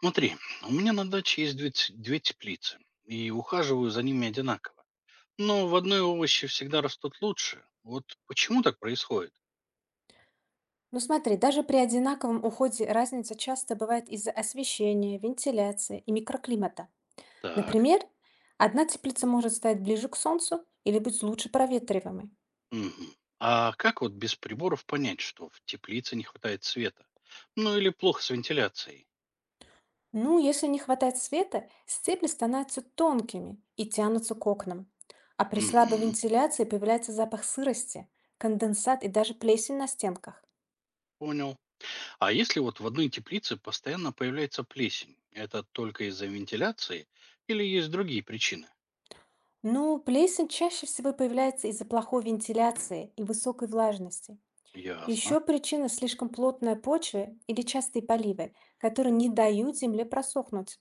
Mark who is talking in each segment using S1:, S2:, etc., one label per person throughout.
S1: Смотри, у меня на даче есть две теплицы, и ухаживаю за ними одинаково. Но в одной овощи всегда растут лучше. Вот почему так происходит?
S2: Ну смотри, даже при одинаковом уходе разница часто бывает из-за освещения, вентиляции и микроклимата.
S1: Так.
S2: Например, одна теплица может стать ближе к солнцу или быть лучше проветриваемой.
S1: Мгм. А как вот без приборов понять, что в теплице не хватает света? Ну или плохо с вентиляцией?
S2: Ну, если не хватает света, стебли становятся тонкими и тянутся к окнам. А при слабой
S1: Мгм.
S2: вентиляции появляется запах сырости, конденсат и даже плесень на стенках.
S1: Понял. А если вот в одной теплице постоянно появляется плесень, это только из-за вентиляции или есть другие причины?
S2: Ну, плесень чаще всего появляется из-за плохой вентиляции и высокой влажности. Еще
S1: Ясно.
S2: причина– слишком плотная почва или частые поливы, которые не дают земле просохнуть.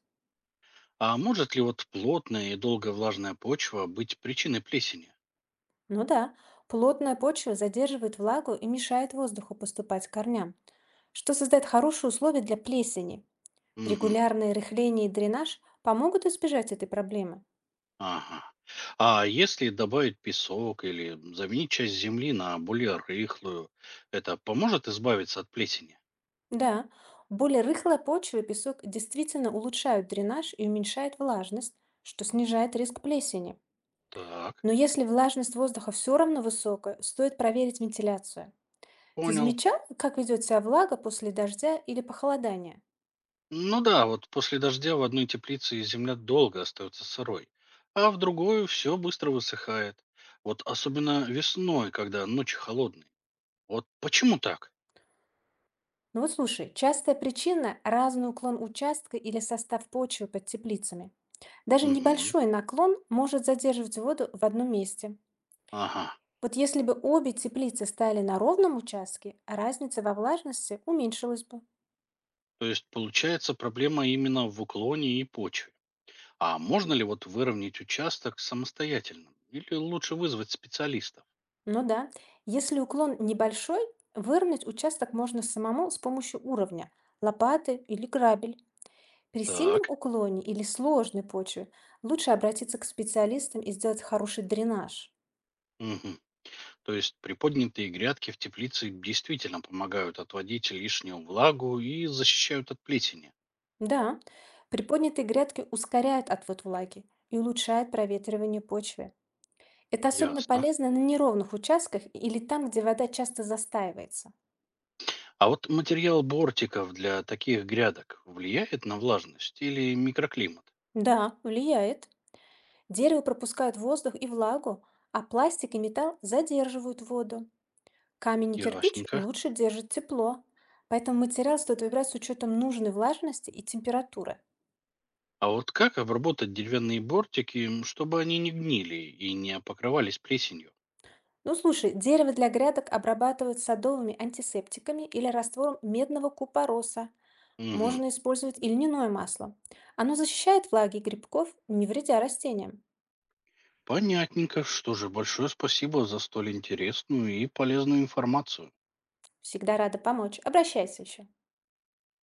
S1: А может ли вот плотная и долго влажная почва быть причиной плесени?
S2: Ну да, плотная почва задерживает влагу и мешает воздуху поступать к корням, что создает хорошие условия для плесени.
S1: Мгм.
S2: Регулярное рыхление и дренаж помогут избежать этой проблемы.
S1: Ага. А если добавить песок или заменить часть земли на более рыхлую, это поможет избавиться от плесени?
S2: Да, более рыхлая почва и песок действительно улучшают дренаж и уменьшают влажность, что снижает риск плесени.
S1: Так,
S2: Но если влажность воздуха все равно высокая, стоит проверить вентиляцию. Ты
S1: понял.
S2: замечал, как ведет себя влага после дождя или похолодания?
S1: Ну да, вот после дождя в одной теплице земля долго остается сырой, а в другой все быстро высыхает. Вот особенно весной, когда ночи холодные. Вот почему так?
S2: Ну вот слушай, частая причина– разный уклон участка или состав почвы под теплицами. Даже
S1: Мгм.
S2: небольшой наклон может задерживать воду в одном месте.
S1: Ага.
S2: Вот если бы обе теплицы стояли на ровном участке, разница во влажности уменьшилась бы.
S1: То есть получается проблема именно в уклоне и почве. А можно ли вот выровнять участок самостоятельно? Или лучше вызвать специалистов?
S2: Ну да, если уклон небольшой, выровнять участок можно самому с помощью уровня– лопаты или грабель. При сильном
S1: Так.
S2: уклоне или сложной почве лучше обратиться к специалистам и сделать хороший дренаж.
S1: Мгм. То есть приподнятые грядки в теплице действительно помогают отводить лишнюю влагу и защищают от плесени.
S2: Да, приподнятые грядки ускоряют отвод влаги и улучшают проветривание почвы. Это особенно
S1: Ясно.
S2: полезно на неровных участках или там, где вода часто застаивается.
S1: А вот материал бортиков для таких грядок влияет на влажность или микроклимат?
S2: Да, влияет. Дерево пропускает воздух и влагу, а пластик и металл задерживают воду. Камень и кирпич
S1: Ясненько.
S2: лучше держат тепло, поэтому материал стоит выбирать с учетом нужной влажности и температуры.
S1: А вот как обработать деревянные бортики, чтобы они не гнили и не покрывались плесенью?
S2: Ну слушай, дерево для грядок обрабатывают садовыми антисептиками или раствором медного купороса.
S1: Мгм.
S2: Можно использовать и льняное масло. Оно защищает влаги и грибков, не вредя растениям.
S1: Понятненько. Что же, большое спасибо за столь интересную и полезную информацию.
S2: Всегда рада помочь. Обращайся еще.